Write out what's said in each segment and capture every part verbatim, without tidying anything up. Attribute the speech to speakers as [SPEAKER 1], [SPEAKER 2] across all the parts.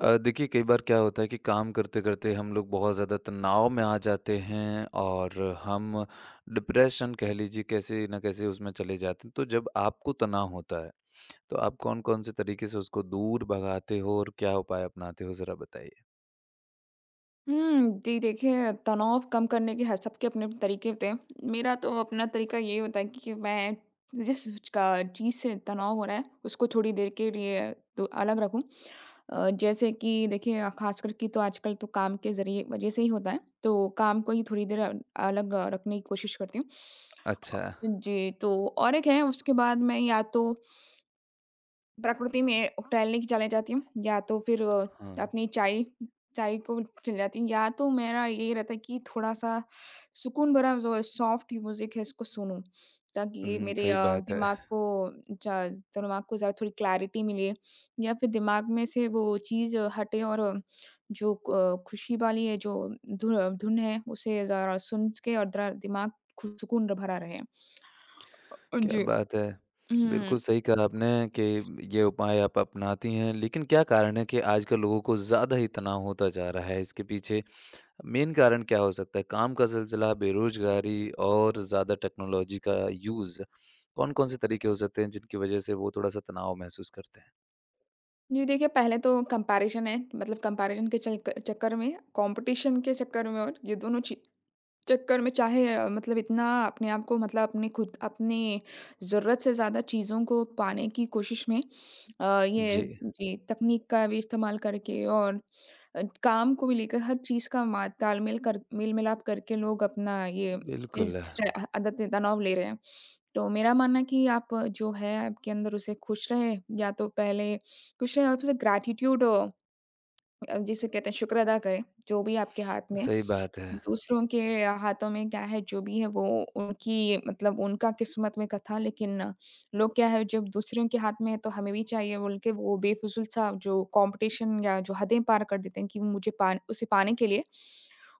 [SPEAKER 1] अ, देखिए कई बार क्या होता है कि काम करते-करते हम लोग बहुत ज़्यादा तनाव में आ जाते हैं और हम डिप्रेशन कह लीजिए कैसे न कैसे उसमें चले जाते हैं। तो जब आपको तनाव होता है, तो आप कौन-कौन से तरीके से उसको दूर भगाते हो और क्या उपाय अपनाते हो? ज़रा बताइए।
[SPEAKER 2] हुँ, जी देखिए, तनाव कम करने के हर सबके अपने-अपने तरीके होते हैं। मेरा तो अपना तरीका ये होता है कि कि मैं जिस का चीज़ से तनाव हो रहा है, उसको थोड़ी देर के लिए तो अलग रखूँ। अ, जैसे कि देखिए अ, ख़ासकर कि तो आजकल तो काम के ज़रिए वजह से ही होता है, तो काम को ही थोड़ी देर अ, अलग अ, रखने की कोशिश करती हूँ। अ,
[SPEAKER 1] अच्छा।
[SPEAKER 2] जी, तो और एक है उसके बाद मैं या तो प्रकृति में टहलने की चले जाती हूँ या तो फिर अ,
[SPEAKER 1] हाँ।
[SPEAKER 2] अपनी चाय चाय को चली जाती हूँ या तो मेरा ये रहता है कि थोड़ा-सा सुकून भरा जो सॉफ्ट म्यूज़िक है इसको सुनूँ, ताकि ये
[SPEAKER 1] हुँ,
[SPEAKER 2] मेरे
[SPEAKER 1] सही
[SPEAKER 2] अ,
[SPEAKER 1] बात है।
[SPEAKER 2] दिमाग को ज दिमाग को ज़रा थोड़ी क्लैरिटी मिले या फिर दिमाग में से वो चीज़ हटे और अ, जो अ, खुशी वाली है जो धुन धुन है उसे ज़रा सुन के और ज़रा दिमाग खु सुकून भरा रहे। अ,
[SPEAKER 1] क्या
[SPEAKER 2] जी।
[SPEAKER 1] बात है।
[SPEAKER 2] हुँ।
[SPEAKER 1] बिल्कुल सही कहा आपने कि ये उपाय आप अपनाती हैं, लेकिन क्या कारण है कि आजकल लोगों को ज़्यादा ही तनाव होता जा रहा है? इसके पीछे मेन कारण क्या हो सकता है? काम का सिलसिला, बेरोज़गारी और ज़्यादा टेक्नोलॉजी का यूज़। कौन-कौन से तरीके हो सकते हैं जिनकी वजह से वो थोड़ा-सा तनाव महसूस करते हैं?
[SPEAKER 2] जी देखिए, पहले तो कंपैरिज़न है मतलब कंपैरिज़न के चल क चक्कर में, कॉम्पिटिशन के चक्कर में और ये दोनों ची चक्कर में चाहे अ, मतलब इतना अपने आप को मतलब अपने खुद अपने ज़रूरत से ज़्यादा चीज़ों को पाने की कोशिश में अ, ये
[SPEAKER 1] जी,
[SPEAKER 2] जी, तकनीक का भी इस्तेमाल करके और अ, काम को भी लेकर हर चीज़ का मा तालमेल कर मेल-मिलाप करके लोग अपना ये
[SPEAKER 1] बिल्कुल,
[SPEAKER 2] इस अ, आदत तनाव ले रहे हैं। तो मेरा मानना है कि आप जो है आपके अंदर उसे खुश रहें या तो पहले खुश रहें और फिर ग्रैटिट्यूड अ, जिसे कहते हैं शुक्र अदा करें, जो भी आपके हाथ में है।
[SPEAKER 1] सही बात है।
[SPEAKER 2] दूसरों के हाथों में क्या है, जो भी है वो उनकी मतलब उनका किस्मत में का था लेकिन लोग क्या है जब दूसरों के हाथ में है तो हमें भी चाहिए बोल के वो बेफिज़ूल सा जो कॉम्पिटिशन या जो हदें पार कर देते हैं कि मुझे पान उसे पाने के लिए,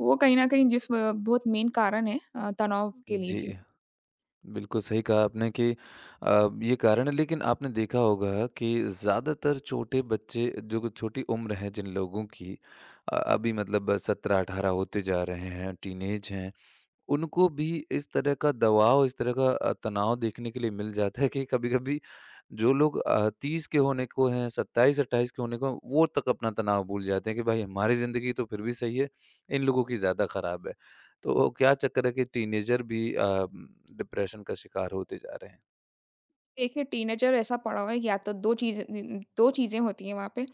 [SPEAKER 2] वो कहीं न कहीं जिस अ, बहुत मेन कारण है अ, तनाव के लिए।
[SPEAKER 1] जी,
[SPEAKER 2] जी।
[SPEAKER 1] बिल्कुल सही कहा आपने कि अ, ये कारण है लेकिन आपने देखा होगा कि ज़्यादातर छोटे बच्चे जो कि छोटी उम्र है जिन लोगों की अ, अभी मतलब सत्रह अठारह होते जा रहे हैं, टीनेज हैं। उनको भी इस तरह का दबाव, इस तरह का अ, तनाव देखने के लिए मिल जाता है कि कभी-कभी जो लोग अ, तीस के होने को हैं, सत्ताईस अट्ठाईस के होने को हैं, वो तक अपना तनाव भूल जाते हैं कि भाई हमारी ज़िंदगी तो फिर भी सही है, इन लोगों की ज़्यादा खराब है। तो क्या चक्कर है कि टीनेजर भी अ, डिप्रेशन का शिकार होते जा रहे हैं।
[SPEAKER 2] देखिए, टीनेजर ऐसा पड़ा हुआ है, या तो दो चीज़ें नी दो चीज़ें होती हैं वहाँ पे।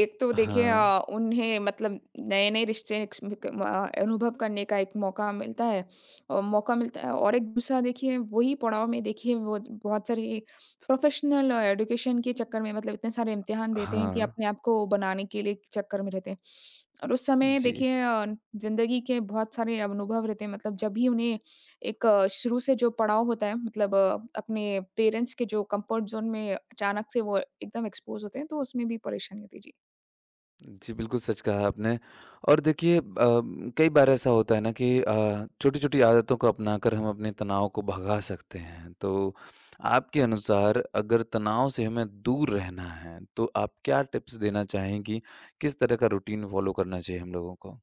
[SPEAKER 2] एक तो देखिए
[SPEAKER 1] हाँ,
[SPEAKER 2] अ, उन्हें मतलब नए-नए रिश्ते एक्स म क अ, अनुभव करने का एक मौका मिलता है अ, मौका मिलता है और एक दूसरा देखिए वही पड़ाव में देखिए वो बहुत सारी प्रोफ़ेशनल एजुकेशन के चक्कर में मतलब इतने सारे इम्तिहान देते हैं कि
[SPEAKER 1] हाँ।
[SPEAKER 2] अपने आप को बनाने के लिए चक्कर में रहते हैं। और उस समय
[SPEAKER 1] जी।
[SPEAKER 2] देखिए अ, ज़िंदगी के बहुत सारे अनुभव रहते हैं मतलब जब भी उन्हें एक अ, शुरू से जो पड़ाव होता है मतलब अ, अपने पेरेंट्स के जो कंफर्ट ज़ोन में अचानक से वो एकदम एक्सपोज़ होते हैं, तो उसमें भी परेशानी होती है। जी।
[SPEAKER 1] जी, बिल्कुल सच कहा आपने और देखिए अ, कई बार ऐसा होता है ना कि अ, छोटी-छोटी आदतों को अपनाकर हम अपने तनाव को भगा सकते हैं। तो आपके अनुसार अगर तनाव से हमें दूर रहना है, तो आप क्या टिप्स देना चाहेंगी, किस तरह का रूटीन फ़ॉलो करना चाहिए हम लोगों को?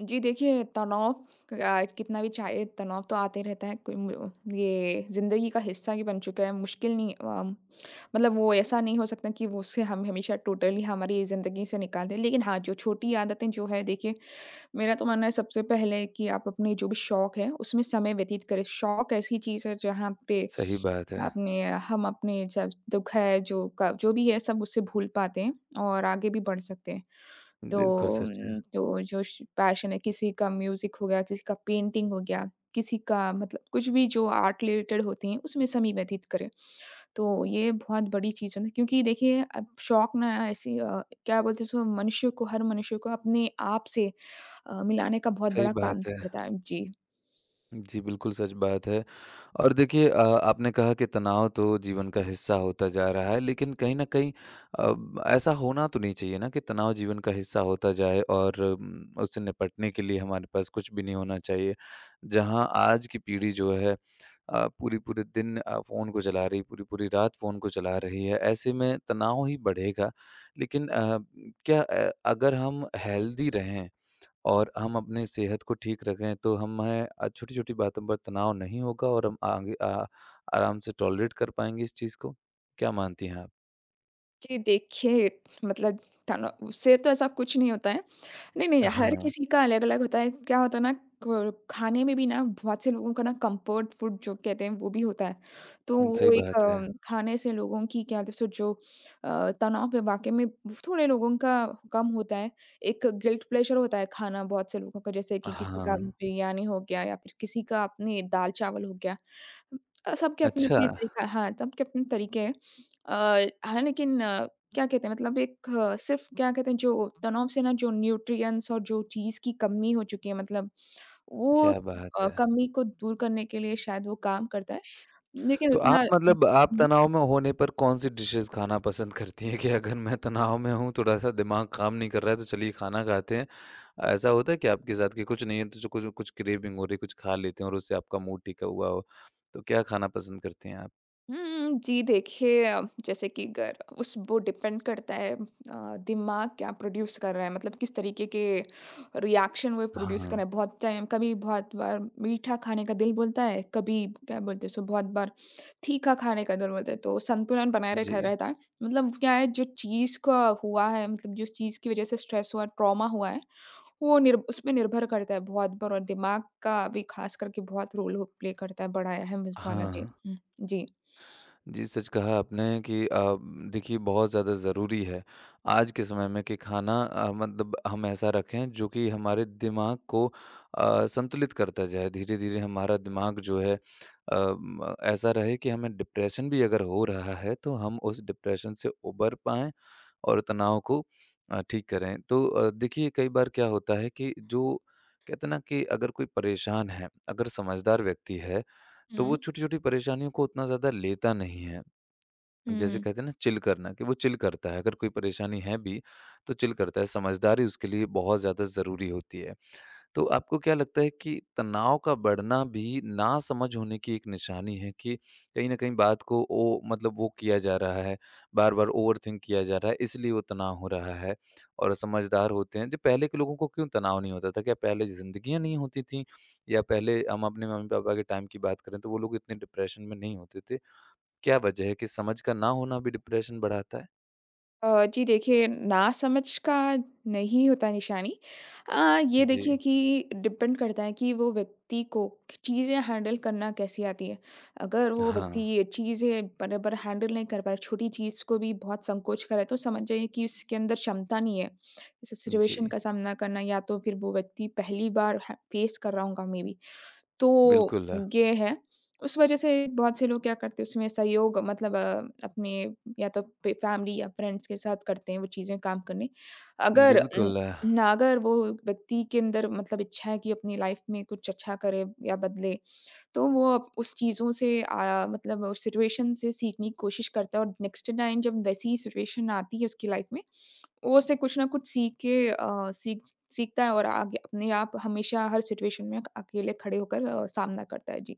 [SPEAKER 2] जी, देखिए तनाव अ, कितना भी चाहे तनाव तो आते रहता है। कोई म ये ज़िंदगी का हिस्सा ही बन चुका है, मुश्किल नहीं अ, मतलब वो ऐसा नहीं हो सकता कि वो उससे हम हमेशा टोटली हमारी ज़िंदगी से निकाल दें। लेकिन हाँ, जो छोटी आदतें जो है देखिए, मेरा तो मानना है सबसे पहले कि आप अपने जो भी शौक है, उसमें समय व्यतीत करें। शौक ऐसी चीज़ है जहाँ पे
[SPEAKER 1] सही बात है।
[SPEAKER 2] अपने हम अपने जब दुःख है जो क जो भी है सब उससे भूल पाते हैं और आगे भी बढ़ सकते हैं। तो
[SPEAKER 1] बिल्कुल सच है।
[SPEAKER 2] उम, तो जो श पैशन है किसी का म्यूज़िक हो गया, किसी का पेंटिंग हो गया, किसी का मतलब कुछ भी जो आर्ट रिलेटेड होती हैं उसमें समय व्यतीत करें। तो ये बहुत बड़ी चीज़ है ना क्योंकि देखिए अब शौक ना ऐसी अ, क्या बोलते हैं उसको मनुष्य को हर मनुष्य को अपने आप से अ, मिलाने का बहुत
[SPEAKER 1] सही
[SPEAKER 2] बड़ा काम
[SPEAKER 1] बात है।
[SPEAKER 2] करता है। जी।
[SPEAKER 1] जी, बिल्कुल सच बात है और देखिए अ, आपने कहा कि तनाव तो जीवन का हिस्सा होता जा रहा है लेकिन कहीं न कहीं अ, ऐसा होना तो नहीं चाहिए ना कि तनाव जीवन का हिस्सा होता जाए और उम, उससे निपटने के लिए हमारे पास कुछ भी नहीं होना चाहिए। जहाँ आज की पीढ़ी जो है अ, पूरी-पूरे दिन अ, फ़ोन को चला रही, पूरी-पूरी रात फ़ोन को चला रही है, ऐसे में तनाव ही बढ़ेगा। लेकिन अ, क्या अ, अगर हम हेल्दी रहें और हम अपनी सेहत को ठीक रखें तो हमें अ, छोटी-छोटी बातों पर तनाव नहीं होगा और हम आगे अ, आराम से टॉलरेट कर पाएँगे इस चीज़ को। क्या मानती हैं आप?
[SPEAKER 2] जी, देखिए मतलब तनाव उससे तो ऐसा कुछ नहीं होता है। नहीं, नहीं, हर
[SPEAKER 1] हाँ,
[SPEAKER 2] किसी का अलग-अलग होता है। क्या होता है ना क खाने में भी ना बहुत से लोगों का ना कंफर्ट फूड जो कहते हैं वो भी होता है। तो
[SPEAKER 1] सही
[SPEAKER 2] वो एक
[SPEAKER 1] बात है।
[SPEAKER 2] अ, खाने से लोगों की क्या होता है, सो जो अ, तनाव पे वाक़ई में थोड़े लोगों का कम होता है। एक गिल्ट प्लेजर होता है खाना बहुत से लोगों का जैसे कि किसी का
[SPEAKER 1] हाँ,
[SPEAKER 2] बिरयानी हो गया या फिर किसी का अपने दाल-चावल हो गया। अ, सबके
[SPEAKER 1] अच्छा,
[SPEAKER 2] अपने-अपने तरीका हाँ, सबके अपने तरीके हैं। अ, हाँ, लेकिन क्या कहते हैं मतलब एक अ, सिर्फ़ क्या कहते हैं जो तनाव से ना जो न्यूट्रिएंट्स और जो चीज़ की कमी हो चुकी है मतलब वो
[SPEAKER 1] क्या बात
[SPEAKER 2] अ,
[SPEAKER 1] है।
[SPEAKER 2] कमी को दूर करने के लिए शायद वो काम करता है। लेकिन
[SPEAKER 1] तो
[SPEAKER 2] उतना
[SPEAKER 1] आप मतलब आप
[SPEAKER 2] हुँ।
[SPEAKER 1] तनाव में होने पर कौन-सी डिशेज़ खाना पसंद करती हैं कि अगर मैं तनाव में हूँ, थोड़ा-सा दिमाग काम नहीं कर रहा है तो चलिए खाना खाते हैं। ऐसा होता है क्या आपके साथ कि कुछ नहीं है तो जो कुछ कुछ क्रेविंग हो रही है, कुछ खा लेते हैं और उससे आपका मूड टिका हुआ हो? तो क्या खाना पसंद करती हैं आप?
[SPEAKER 2] हुँ, जी देखिए अ, जैसे कि अगर उस वो डिपेंड करता है अ, दिमाग क्या प्रोड्यूस कर रहा है मतलब किस तरीके के रिएक्शन वो प्रोड्यूस कर
[SPEAKER 1] हाँ,
[SPEAKER 2] रहा है। बहुत टाइम कभी बहुत बार मीठा खाने का दिल बोलता है, कभी क्या बोलते हैं सो बहुत बार तीखा खाने का दिल बोलता है, तो संतुलन बनाए
[SPEAKER 1] जी।
[SPEAKER 2] रखा रहता है। मतलब क्या है जो चीज़ का हुआ है मतलब जिस चीज़ की वज़ह से स्ट्रेस हुआ, ट्रॉमा हुआ है, वो निर्भ उस पे निर्भर करता है बहुत बार और दिमाग का भी ख़ास करके बहुत रोल हो प्ले करता है, बड़ा अहम इस वाला जी।
[SPEAKER 1] हाँ,
[SPEAKER 2] हुँ, जी।
[SPEAKER 1] जी, सच कहा आपने कि अ, देखिए बहुत ज़्यादा ज़रूरी है आज के समय में कि खाना अ, मतलब हम ऐसा रखें जो कि हमारे दिमाग को अ, संतुलित करता जाए। धीरे-धीरे हमारा दिमाग जो है अ, म ऐसा रहे कि हमें डिप्रेशन भी अगर हो रहा है तो हम उस डिप्रेशन से उबर पाएँ और तनाव को अ, ठीक करें। तो अ, देखिए कई बार क्या होता है कि जो कहते हैं ना कि अगर कोई परेशान है, अगर समझदार व्यक्ति है तो वो
[SPEAKER 2] हुँ।
[SPEAKER 1] छोटी-छोटी परेशानियों को उतना ज़्यादा लेता नहीं है। जैसे
[SPEAKER 2] हुँ।
[SPEAKER 1] कहते हैं ना चिल करना कि वो चिल करता है, अगर कोई परेशानी है भी, तो चिल करता है, समझदारी उसके लिए बहुत ज़्यादा ज़रूरी होती है। तो आपको क्या लगता है कि तनाव का बढ़ना भी नासमझ होने की एक निशानी है कि कहीं न कहीं बात को ओ मतलब वो किया जा रहा है, बार-बार ओवरथिंक किया जा रहा है, इसलिए वो तनाव हो रहा है और समझदार होते हैं। जो पहले के लोगों को क्यों तनाव नहीं होता था? क्या पहले ज़िंदगियाँ नहीं होती थीं? या पहले हम अपने मम्मी-पापा के टाइम की बात करें, तो वो लोग इतने डिप्रेशन में नहीं होते थे। क्या वजह है कि समझ का ना होना भी डिप्रेशन बढ़ाता है?
[SPEAKER 2] अ, जी देखिए, नासमझ का नहीं होता निशानी। अ, ये
[SPEAKER 1] जी।
[SPEAKER 2] देखिए कि डिपेंड करता है कि वो व्यक्ति को चीज़ें हैंडल करना कैसी आती है। अगर वो
[SPEAKER 1] हाँ।
[SPEAKER 2] व्यक्ति ये चीज़ें बराबर हैंडल नहीं कर पा रहा, छोटी चीज़ को भी बहुत संकोच कर रहा है, तो समझ जाइए कि उसके अंदर क्षमता नहीं है, इस
[SPEAKER 1] जी।
[SPEAKER 2] सिचुएशन का सामना करना या तो फिर वो व्यक्ति पहली बार ह फेस कर रहा होगा मेबी। तो
[SPEAKER 1] बिल्कुल,
[SPEAKER 2] ये है, उस वज़ह से बहुत से लोग क्या करते हैं उसमें सहयोग मतलब अ, अपने या तो पे फैमिली या फ्रेंड्स के साथ करते हैं वो चीज़ें काम करने। अगर उम,
[SPEAKER 1] बिल्कुल।
[SPEAKER 2] ना अगर वो व्यक्ति के अंदर मतलब इच्छा है कि अपनी लाइफ़ में कुछ अच्छा करे या बदले तो वो अब उस चीज़ों से अ, मतलब उस सिचुएशन से सीखने की कोशिश करता है और नेक्स्ट टाइम जब वैसी ही सिचुएशन आती है उसकी लाइफ में, वो उससे कुछ ना कुछ सीख के अ, सीख सीखता है और आगे अपने आप हमेशा हर सिचुएशन में अकेले खड़े होकर अ, सामना करता है। जी।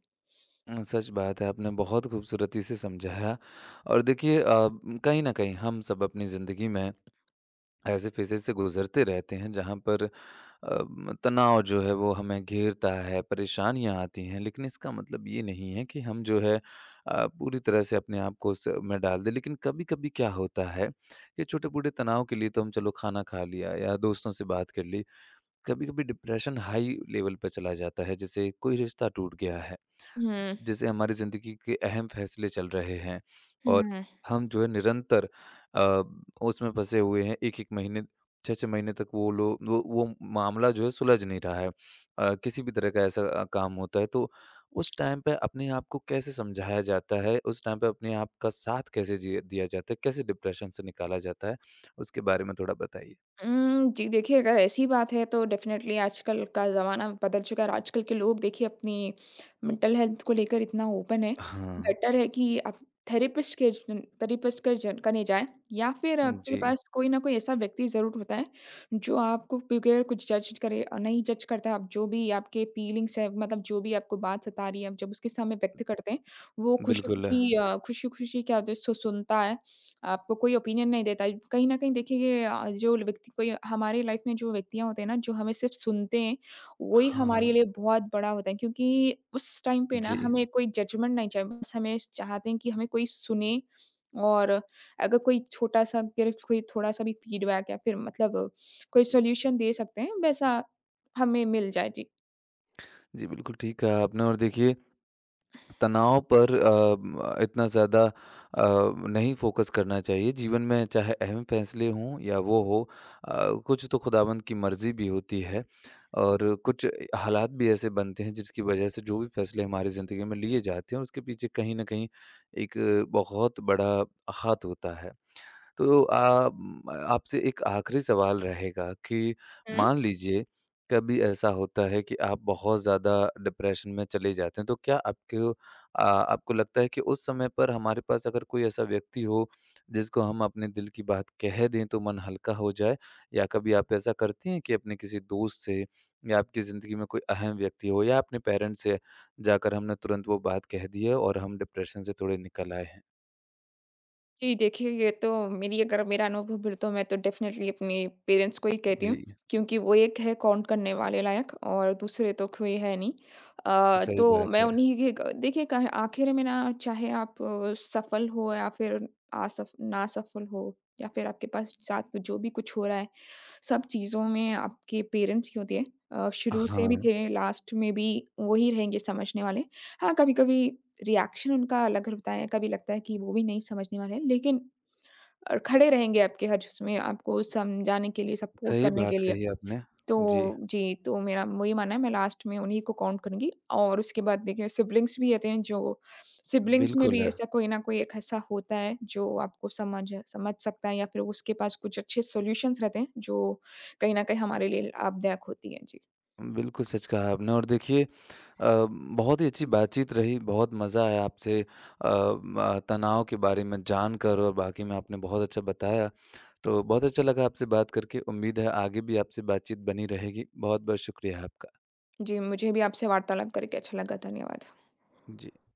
[SPEAKER 1] उम, सच बात है, आपने बहुत खूबसूरती से समझाया और देखिए अ, उम, कहीं न कहीं हम सब अपनी ज़िंदगी में ऐसे फ़ेज़ेज़ से गुज़रते रहते हैं जहाँ पर अ, म तनाव जो है वो हमें घेरता है, परेशानियाँ आती हैं। लेकिन इसका मतलब ये नहीं है कि हम जो है अ, पूरी तरह से अपने आप को उस में डाल दें। लेकिन कभी-कभी क्या होता है कि छोटे-मोटे तनाव के लिए तो हम चलो खाना खा लिया या दोस्तों से बात कर ली, कभी-कभी डिप्रेशन हाई लेवल पे चला जाता है, जैसे कोई रिश्ता टूट गया है।
[SPEAKER 2] हुँ,
[SPEAKER 1] जैसे हमारी ज़िंदगी के अहम फैसले चल रहे हैं और
[SPEAKER 2] हुँ।
[SPEAKER 1] हम जो है निरंतर अ, उसमें फँसे हुए हैं। एक एक महीने छह छह महीने तक वो लो वो वो मामला जो है सुलझ नहीं रहा है। अ, किसी भी तरह का ऐसा अ, काम होता है तो उस टाइम पे अपने आप को कैसे समझाया जाता है? उस टाइम पे अपने आप का साथ कैसे जिया दिया जाता है? कैसे डिप्रेशन से निकाला जाता है? उसके बारे में थोड़ा बताइए।
[SPEAKER 2] उम, जी देखिए, अगर ऐसी बात है तो डेफ़िनेटली आजकल का ज़माना बदल चुका है और आजकल के लोग देखिए अपनी मेंटल हेल्थ को लेकर इतना ओपन है।
[SPEAKER 1] हाँ।
[SPEAKER 2] बेटर है कि आप थेरेपिस्ट के जन थेरेपिस्ट के जन कने जाएँ या फिर आपके
[SPEAKER 1] जी,
[SPEAKER 2] पास कोई ना कोई ऐसा व्यक्ति ज़रूर होता है, जो आपको बगैर कुछ जज करे अ, नहीं जज करता है। आप जो भी आपके फीलिंग्स हैं मतलब जो भी आपको बात सता रही है, आप जब उसके सामने व्यक्त करते हैं, वो
[SPEAKER 1] बिल्कुल।
[SPEAKER 2] खुशी-खुशी अ, खुशी-खुशी क्या होता है सु सुनता है आपको कोई ओपिनियन नहीं देता है। कहीं न कहीं देखिए ये अ, जो व्यक्ति कोई हमारी लाइफ़ में जो व्यक्तियाँ होते हैं ना, जो हमें सिर्फ़ सुनते हैं, वही हमारे
[SPEAKER 1] हाँ,
[SPEAKER 2] लिए बहुत बड़ा होता है क्योंकि उस टाइम पे ना
[SPEAKER 1] जी।
[SPEAKER 2] हमें कोई जजमेंट नहीं चाहिए। बस हमें चाहते हैं कि हमें कोई सुने और अगर कोई छोटा-सा अगर कोई थोड़ा-सा भी फीडबैक या फिर मतलब कोई सॉल्यूशन दे सकते हैं, वैसा हमें मिल जाए।
[SPEAKER 1] जी, बिल्कुल ठीक कहा आपने और देखिए तनाव पर अ, म इतना ज़्यादा अ, नहीं फ़ोकस करना चाहिए। जीवन में चाहे अहम फ़ैसले हों या वो हो अ, कुछ तो खुदावंद की मर्ज़ी भी होती है और कुछ हालात भी ऐसे बनते हैं जिसकी वज़ह से जो भी फ़ैसले हमारी ज़िंदगी में लिए जाते हैं उसके पीछे कहीं न कहीं एक बहुत बड़ा हाथ होता है। तो आ, म, आपसे एक आखिरी सवाल रहेगा कि
[SPEAKER 2] जी।
[SPEAKER 1] मान लीजिए कभी ऐसा होता है कि आप बहुत ज़्यादा डिप्रेशन में चले जाते हैं तो क्या आपको आ, आपको लगता है कि उस समय पर हमारे पास अगर कोई ऐसा व्यक्ति हो जिसको हम अपने दिल की बात कह दें तो मन हल्का हो जाए या कभी आप ऐसा करती हैं कि अपने किसी दोस्त से या आपकी ज़िंदगी में कोई अहम व्यक्ति हो या अपने पेरेंट्स से जाकर हमने तुरंत वो बात कह दी है और हम डिप्रेशन से थोड़े निकल आए हैं।
[SPEAKER 2] जी, देखिए ये तो मेरी अगर मेरा अनुभव फिर तो मैं तो डेफ़िनेटली अपने पेरेंट्स को ही कहती हूँ,
[SPEAKER 1] जी।
[SPEAKER 2] क्योंकि वो एक है काउंट करने वाले लायक और दूसरे तो कोई है नहीं। अ,
[SPEAKER 1] सही
[SPEAKER 2] तो
[SPEAKER 1] बात
[SPEAKER 2] मैं
[SPEAKER 1] है।
[SPEAKER 2] उन्हीं के ग देखिए क आखिर में ना चाहे आप अ, सफल हो या फिर असफ नासफल हो या फिर आपके पास साथ जो भी कुछ हो रहा है, सब चीज़ों में आपके पेरेंट्स ही होते हैं। अ, शुरू से भी
[SPEAKER 1] हाँ,
[SPEAKER 2] थे, लास्ट में भी वही रहेंगे समझने वाले। हाँ, कभी-कभी रिएक्शन उनका अलग होता है, कभी लगता है कि वो भी नहीं समझने वाले हैं, लेकिन अ, खड़े रहेंगे आपके हर उसमें आपको समझाने के लिए, सपोर्ट
[SPEAKER 1] सही
[SPEAKER 2] करने के
[SPEAKER 1] बात
[SPEAKER 2] लिए।
[SPEAKER 1] कही आपने।
[SPEAKER 2] तो
[SPEAKER 1] जी,
[SPEAKER 2] जी, तो मेरा वही मानना है मैं लास्ट में उन्हीं को काउंट करूँगी और उसके बाद देखिए सिबलिंग्स भी रहते हैं जो सिबलिंग्स में
[SPEAKER 1] बिल्कुल।
[SPEAKER 2] भी
[SPEAKER 1] है,
[SPEAKER 2] ऐसा कोई ना कोई एक ऐसा होता है जो आपको समझ समझ सकता है या फिर उसके पास कुछ अच्छे सॉल्यूशंस रहते हैं जो कहीं न कहीं हमारे लिए लाभदायक होती हैं। जी।
[SPEAKER 1] बिल्कुल सच कहा आपने और देखिए अ, बहुत ही अच्छी बातचीत रही, बहुत मज़ा आया आपसे अ, म तनाव के बारे में जानकर और बाकी में आपने बहुत अच्छा बताया। तो बहुत अच्छा लगा आपसे बात करके, उम्मीद है आगे भी आपसे बातचीत बनी रहेगी। बहुत-बहुत शुक्रिया आपका।
[SPEAKER 2] जी, मुझे भी आपसे वार्तालाप करके अच्छा लगा। धन्यवाद।
[SPEAKER 1] जी।